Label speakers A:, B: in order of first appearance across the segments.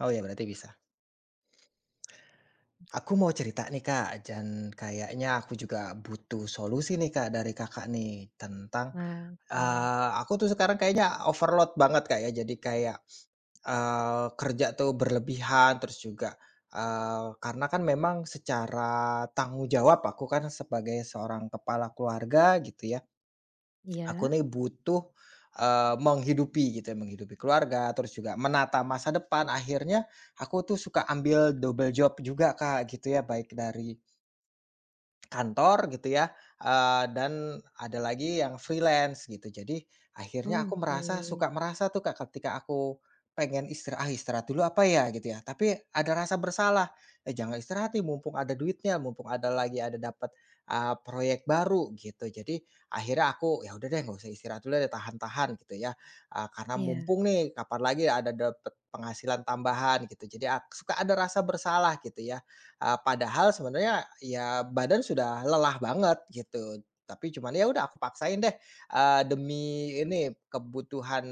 A: Oh ya berarti bisa. Aku mau cerita nih Kak, dan kayaknya aku juga butuh solusi nih Kak dari Kakak nih tentang,
B: Wah, oke.
A: aku tuh sekarang kayaknya overload banget Kak ya, jadi kayak, kerja tuh berlebihan terus juga, karena kan memang secara tanggung jawab aku kan sebagai seorang kepala keluarga gitu ya. Aku
B: Iya,
A: nih butuh, menghidupi gitu ya, menghidupi keluarga, terus juga menata masa depan. Akhirnya aku tuh suka ambil double job juga Kak, gitu ya, baik dari kantor gitu ya, dan ada lagi yang freelance gitu. Jadi akhirnya aku
B: oke.
A: merasa suka merasa tuh Kak, ketika aku pengen istirahat ah, istirahat dulu apa ya gitu ya, tapi ada rasa bersalah, "Eh, jangan istirahat nih mumpung ada duitnya, mumpung ada lagi ada dapat, proyek baru," gitu. Jadi akhirnya aku, "Ya udah deh nggak usah istirahat dulu deh, tahan-tahan," gitu ya, "karena
B: Iya
A: mumpung nih kapan lagi ada dapat penghasilan tambahan," gitu. Jadi ak suka ada rasa bersalah gitu ya. Padahal sebenarnya ya badan sudah lelah banget gitu, tapi cuman ya udah aku paksain deh, demi ini kebutuhan,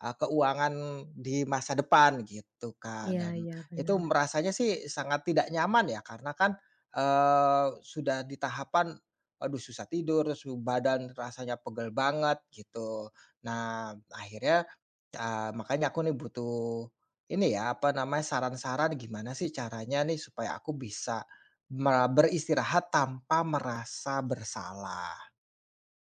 A: keuangan di masa depan gitu, Kak.
B: iya
A: Dan
B: iya,
A: itu
B: benar.
A: merasanya sih sangat tidak nyaman ya karena kan, sudah di tahapan, aduh susah tidur, terus badan rasanya pegel banget gitu. Nah akhirnya ah, makanya aku nih butuh ini ya, apa namanya, saran-saran gimana sih caranya nih supaya aku bisa me beristirahat tanpa merasa bersalah.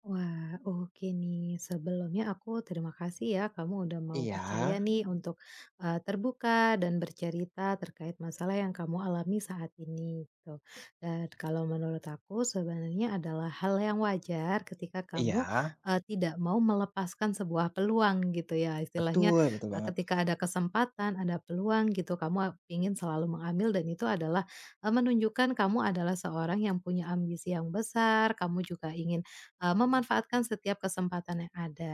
B: Wah, oke nih. Sebelumnya aku terima kasih ya kamu udah mau
A: Iya
B: percaya nih untuk, terbuka dan bercerita terkait masalah yang kamu alami saat ini, gitu. Dan kalau menurut aku sebenarnya adalah hal yang wajar ketika kamu,
A: iya,
B: tidak mau melepaskan sebuah peluang gitu ya, istilahnya,
A: betul betul banget.
B: ketika ada kesempatan, ada peluang gitu, kamu ingin selalu mengambil dan itu adalah, menunjukkan kamu adalah seorang yang punya ambisi yang besar, kamu juga ingin memanfaatkan setiap kesempatan yang ada.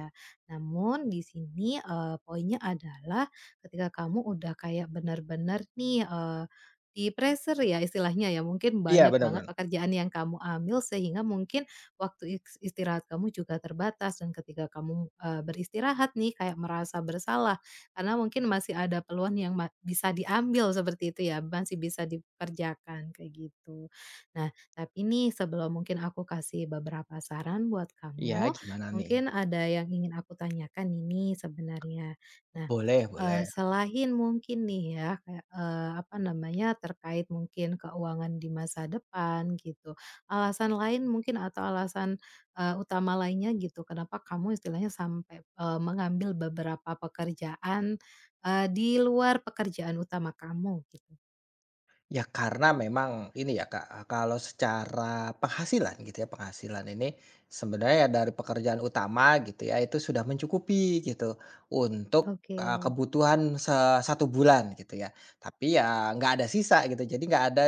B: Namun di sini, poinnya adalah ketika kamu udah kayak benar-benar nih, di-pressure ya istilahnya ya, mungkin
A: Iya,
B: banyak banget
A: benar-benar.
B: pekerjaan yang kamu ambil sehingga mungkin waktu istirahat kamu juga terbatas dan ketika kamu, beristirahat nih kayak merasa bersalah karena mungkin masih ada peluang yang bisa diambil seperti itu ya, masih bisa dikerjakan kayak gitu. Nah tapi nih sebelum mungkin aku kasih beberapa saran buat
A: Iya,
B: kamu,
A: gimana nih?
B: mungkin ada yang ingin aku tanyakan ini sebenarnya. Nah,
A: Boleh boleh.
B: selain mungkin nih ya kayak, apa namanya, terkait mungkin keuangan di masa depan gitu, alasan lain mungkin atau alasan, utama lainnya gitu kenapa kamu istilahnya sampai, mengambil beberapa pekerjaan, di luar pekerjaan utama kamu gitu?
A: Ya karena memang ini ya Kak, e, kalau secara penghasilan gitu ya, penghasilan ini sebenarnya ya dari pekerjaan utama gitu ya, itu sudah mencukupi gitu untuk,
B: Oke.
A: kebutuhan se satu bulan gitu ya. Tapi ya nggak ada sisa gitu, jadi nggak ada,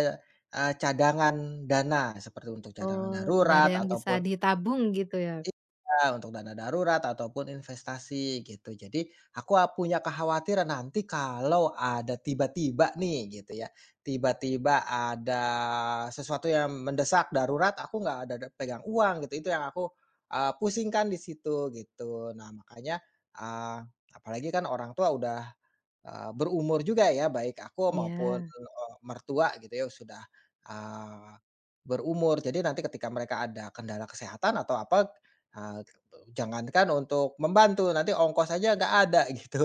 A: cadangan dana seperti untuk cadangan
B: Oh, tidak ada
A: darurat
B: yang bisa
A: ataupun
B: ditabung gitu ya?
A: iya, untuk dana darurat ataupun investasi gitu. Jadi aku a punya kekhawatiran nanti kalau ada tiba-tiba nih gitu ya, tiba-tiba ada sesuatu yang mendesak darurat aku nggak ada da pegang uang gitu, itu yang aku, pusingkan di situ gitu. Nah makanya, eee, apalagi kan orang tua udah berumur juga ya, baik aku maupun,
B: Iya,
A: mertua gitu ya sudah, eee, berumur. Jadi nanti ketika mereka ada kendala kesehatan atau apa, eee, jangankan untuk membantu, nanti ongkos aja nggak ada gitu.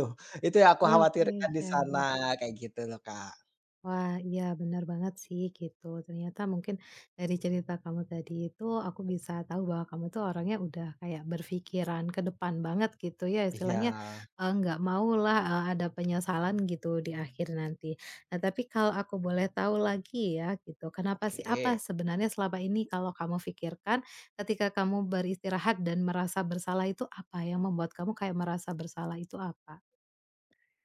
A: Itu yang aku
B: oke,
A: khawatirkan di
B: iya
A: sana,
B: iya.
A: kayak gitu loh, Kak.
B: Wah, iya benar banget sih gitu. Ternyata mungkin dari cerita kamu tadi itu aku bisa tahu bahwa kamu tuh orangnya udah kayak berpikiran ke depan banget gitu ya.
A: Iya,
B: Istilahnya eh, nggak maulah eh, ada penyesalan gitu di akhir nanti. Nah, tapi kalau aku boleh tahu lagi ya gitu. Kenapa sih apa
A: oke.
B: sebenarnya selama ini kalau kamu pikirkan ketika kamu beristirahat dan merasa bersalah itu apa yang membuat kamu kayak merasa bersalah itu apa?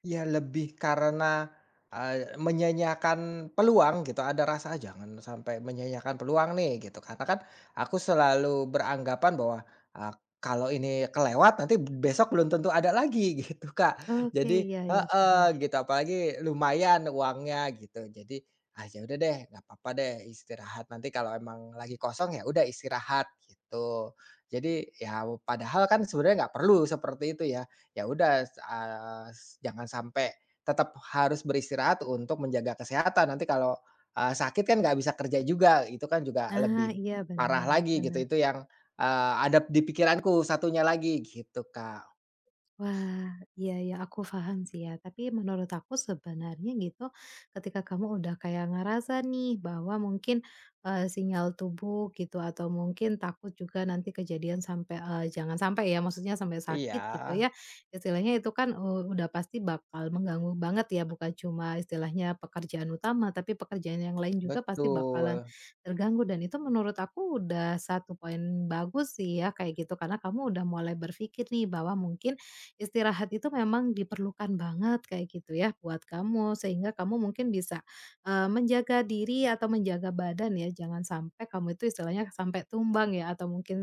A: Ya lebih karena, menyanyiakan peluang gitu, ada rasa "Ah, jangan sampai menyanyiakan peluang nih gitu, karena kan aku selalu beranggapan bahwa, eee, kalau ini kelewat nanti besok belum tentu ada lagi gitu, Kak.
B: Oke,
A: Jadi
B: iya iya
A: heeh,
B: paham.
A: gitu apalagi lumayan uangnya gitu. Jadi, ah, ya udah deh nggak apa-apa deh istirahat, nanti kalau emang lagi kosong ya udah istirahat gitu. Jadi ya padahal kan sebenarnya nggak perlu seperti itu ya. Ya udah, s s jangan sampai tetap harus beristirahat untuk menjaga kesehatan. Nanti kalau, sakit kan nggak bisa kerja juga, itu kan juga
B: Nah,
A: lebih
B: iya
A: parah
B: benar,
A: lagi gitu.
B: benar.
A: Itu yang, ada di pikiranku satunya lagi gitu, Kak.
B: Wah, iya ya aku paham sih ya. Tapi menurut aku sebenarnya gitu, ketika kamu udah kayak ngerasa nih bahwa mungkin, sinyal tubuh gitu atau mungkin takut juga nanti kejadian sampai, jangan sampai ya, maksudnya sampai
A: Iya,
B: sakit gitu ya. Istilahnya itu kan, udah pasti bakal mengganggu banget ya, bukan cuma istilahnya pekerjaan utama, tapi pekerjaan yang lain juga pasti bakalan
A: betul,
B: terganggu dan itu menurut aku udah satu poin bagus sih ya kayak gitu, karena kamu udah mulai berpikir nih bahwa mungkin istirahat itu memang diperlukan banget kayak gitu ya buat kamu sehingga kamu mungkin bisa, menjaga diri atau menjaga badan ya jangan sampai kamu itu istilahnya sampai tumbang ya atau mungkin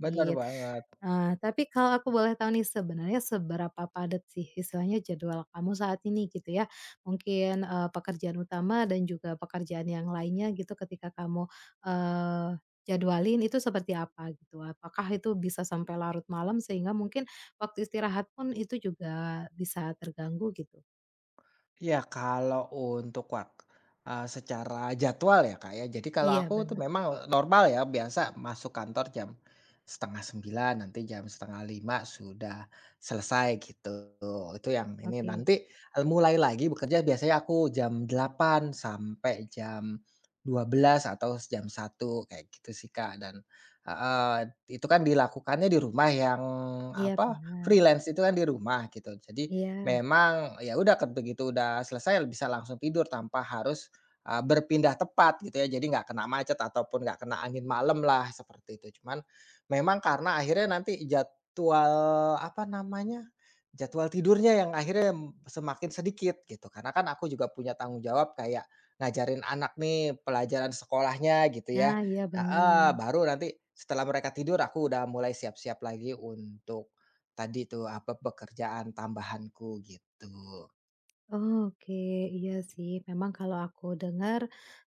A: benar banget.
B: Nah, tapi kalau aku boleh tahu nih, sebenarnya seberapa padat sih istilahnya jadwal kamu saat ini gitu ya? Mungkin, pekerjaan utama dan juga pekerjaan yang lainnya gitu ketika kamu, jadwalin itu seperti apa gitu? Apakah itu bisa sampai larut malam sehingga mungkin waktu istirahat pun itu juga bisa terganggu gitu?
A: Ya kalau untuk wak secara jadwal ya, Kak, ya. Jadi kalau
B: Iya
A: aku tuh
B: benar,
A: memang normal ya, biasa masuk kantor jam setengah sembilan nanti jam setengah lima sudah selesai gitu. Itu yang ini,
B: oke.
A: nanti, mulai lagi bekerja biasanya aku jam delapan sampai jam dua belas atau jam satu kayak gitu sih, Kak. Dan heeh, itu kan dilakukannya di rumah yang
B: Iya
A: apa,
B: benar,
A: freelance itu kan di rumah gitu. Jadi
B: iya.
A: memang ya udah ket begitu udah selesai bisa langsung tidur tanpa harus, berpindah tempat gitu ya. Jadi nggak kena macet ataupun nggak kena angin malam lah seperti itu. Cuman memang karena akhirnya nanti jadwal, apa namanya, jadwal tidurnya yang akhirnya semakin sedikit gitu. Karena kan aku juga punya tanggung jawab kayak ngajarin anak nih pelajaran sekolahnya gitu ya
B: Nah, iya
A: heeh,
B: benar.
A: baru nanti setelah mereka tidur aku udah mulai siap-siap lagi untuk tadi tuh, apa, pekerjaan tambahanku gitu.
B: Oke, iya sih. Memang kalau aku dengar,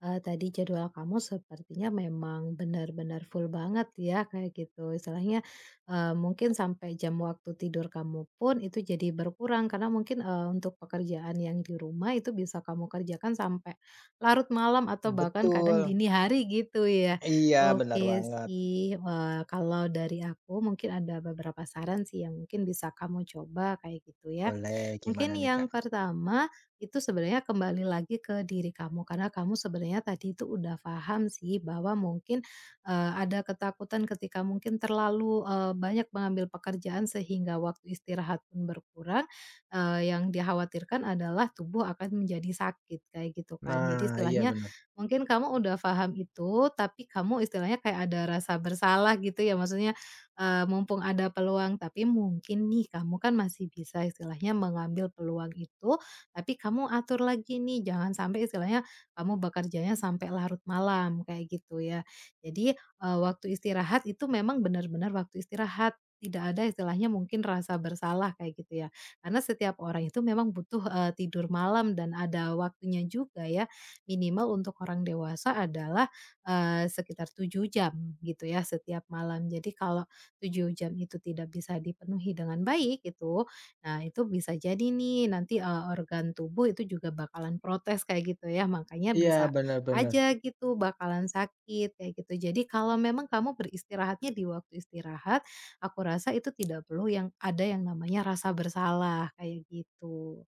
B: tadi jadwal kamu sepertinya memang benar-benar full banget ya, kayak gitu. Istilahnya, mungkin sampai jam waktu tidur kamu pun itu jadi berkurang karena mungkin, untuk pekerjaan yang di rumah itu bisa kamu kerjakan sampai larut malam atau bahkan kadang
A: Betul,
B: dini hari gitu ya.
A: iya benar
B: Oke
A: banget.
B: sih, kalau dari aku mungkin ada beberapa saran sih yang mungkin bisa kamu coba kayak gitu ya.
A: Boleh,
B: Mungkin
A: gimana nih, Kak?
B: yang pertama, itu sebenarnya kembali lagi ke diri kamu, karena kamu sebenarnya tadi itu udah paham sih bahwa mungkin, ada ketakutan ketika mungkin terlalu, banyak mengambil pekerjaan sehingga waktu istirahat pun berkurang, yang dikhawatirkan adalah tubuh akan menjadi sakit, kayak gitu kan. Jadi
A: Nah, iya
B: istilahnya
A: benar.
B: mungkin kamu udah paham itu, tapi kamu istilahnya kayak ada rasa bersalah gitu ya, maksudnya mumpung ada peluang, tapi mungkin nih kamu kan masih bisa istilahnya mengambil peluang itu, tapi kamu atur lagi nih, jangan sampai istilahnya kamu bekerjanya sampai larut malam, kayak gitu ya. Jadi, waktu istirahat itu memang benar-benar waktu istirahat, tidak ada istilahnya mungkin rasa bersalah kayak gitu ya. Karena setiap orang itu memang butuh, tidur malam dan ada waktunya juga ya. Minimal untuk orang dewasa adalah, sekitar 7 jam gitu ya setiap malam. Jadi kalau 7 jam itu tidak bisa dipenuhi dengan baik gitu, nah itu bisa jadi nih nanti, organ tubuh itu juga bakalan protes kayak gitu ya, makanya
A: Iya,
B: bisa
A: benar-benar.
B: aja gitu bakalan sakit kayak gitu. Jadi kalau memang kamu beristirahatnya di waktu istirahat, aku rasa itu tidak perlu yang ada yang namanya rasa bersalah kayak gitu.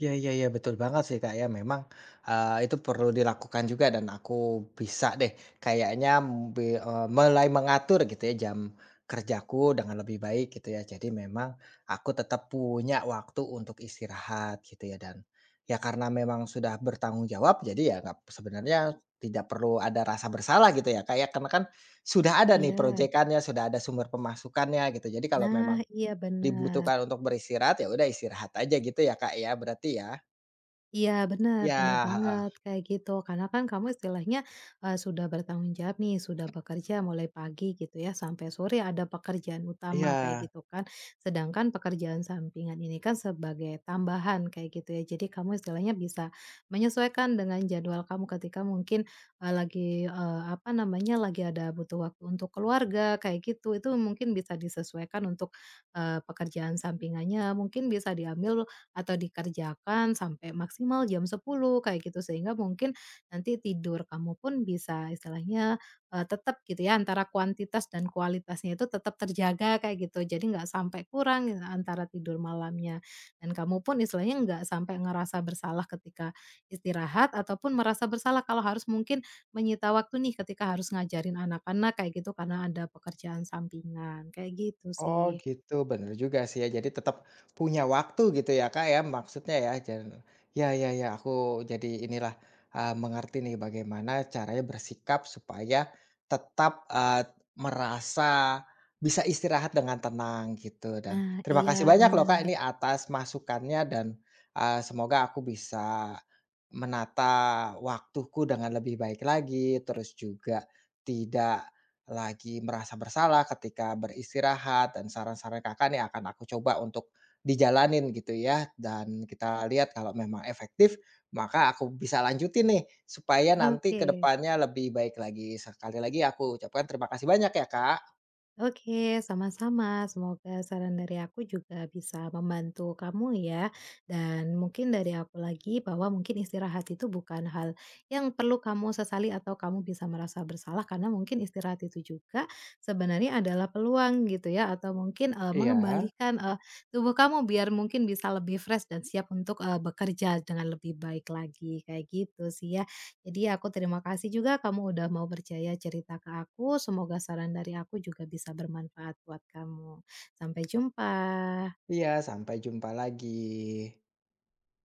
A: Iya iya iya, betul banget sih, Kak, ya memang, itu perlu dilakukan juga dan aku bisa deh kayaknya be mulai mengatur gitu ya jam kerjaku dengan lebih baik gitu ya. Jadi memang aku tetap punya waktu untuk istirahat gitu ya dan ya karena memang sudah bertanggung jawab jadi ya nggak sebenarnya tidak perlu ada rasa bersalah gitu ya, Kak, ya. Karena kan sudah ada nih
B: Iya.
A: projekannya, sudah ada sumber pemasukannya gitu. Jadi kalau
B: Nah,
A: memang
B: iya benar.
A: dibutuhkan untuk beristirahat, ya udah istirahat aja gitu ya, Kak, ya berarti ya?
B: Iya
A: Iya,
B: benar, benar
A: heeh.
B: banget kayak gitu karena kan kamu istilahnya, sudah bertanggung jawab nih sudah bekerja mulai pagi gitu ya sampai sore ada pekerjaan utama
A: Iya.
B: kayak gitu kan, sedangkan pekerjaan sampingan ini kan sebagai tambahan kayak gitu ya jadi kamu istilahnya bisa, menyesuaikan dengan jadwal kamu ketika mungkin, lagi, apa namanya lagi ada butuh waktu untuk keluarga kayak gitu itu mungkin bisa disesuaikan untuk, pekerjaan sampingannya mungkin bisa diambil atau dikerjakan sampai maksimal jam 10 kayak gitu sehingga mungkin nanti tidur kamu pun bisa istilahnya, tetap gitu ya antara kuantitas dan kualitasnya itu tetap terjaga kayak gitu. Jadi nggak sampai kurang gitu antara tidur malamnya dan kamu pun istilahnya nggak sampai ngerasa bersalah ketika istirahat ataupun merasa bersalah kalau harus mungkin menyita waktu nih ketika harus ngajarin anak-anak kayak gitu karena ada pekerjaan sampingan, kayak gitu
A: Oh
B: sih.
A: gitu, bener juga sih ya, jadi tetap punya waktu gitu ya, Kak, ya, maksudnya ya, dan ya ya ya, aku jadi inilah, mengerti nih bagaimana caranya bersikap supaya tetap, merasa bisa istirahat dengan tenang gitu, dan
B: Nah
A: terima
B: iya
A: kasih banyak loh, Kak,
B: bener,
A: ini atas masukannya dan, semoga aku bisa menata waktuku dengan lebih baik lagi, terus juga tidak lagi merasa bersalah ketika beristirahat dan saran-saran Kakak nih akan aku coba untuk dijalanin gitu ya dan kita lihat kalau memang efektif maka aku bisa lanjutin nih supaya nanti ke
B: oke.
A: depannya lebih baik lagi. Sekali lagi aku ucapkan terima kasih banyak ya Kak.
B: Oke, sama-sama. Semoga saran dari aku juga bisa membantu kamu ya. Dan mungkin dari aku lagi bahwa mungkin istirahat itu bukan hal yang perlu kamu sesali atau kamu bisa merasa bersalah karena mungkin istirahat itu juga sebenarnya adalah peluang gitu ya atau mungkin eh,
A: Iya.
B: mengembalikan eh, tubuh kamu biar mungkin bisa lebih fresh dan siap untuk eh, bekerja dengan lebih baik lagi kayak gitu sih ya. Jadi aku terima kasih juga kamu udah mau percaya cerita ke aku, semoga saran dari aku juga bisa bermanfaat buat kamu. Sampai jumpa.
A: Iya sampai jumpa lagi.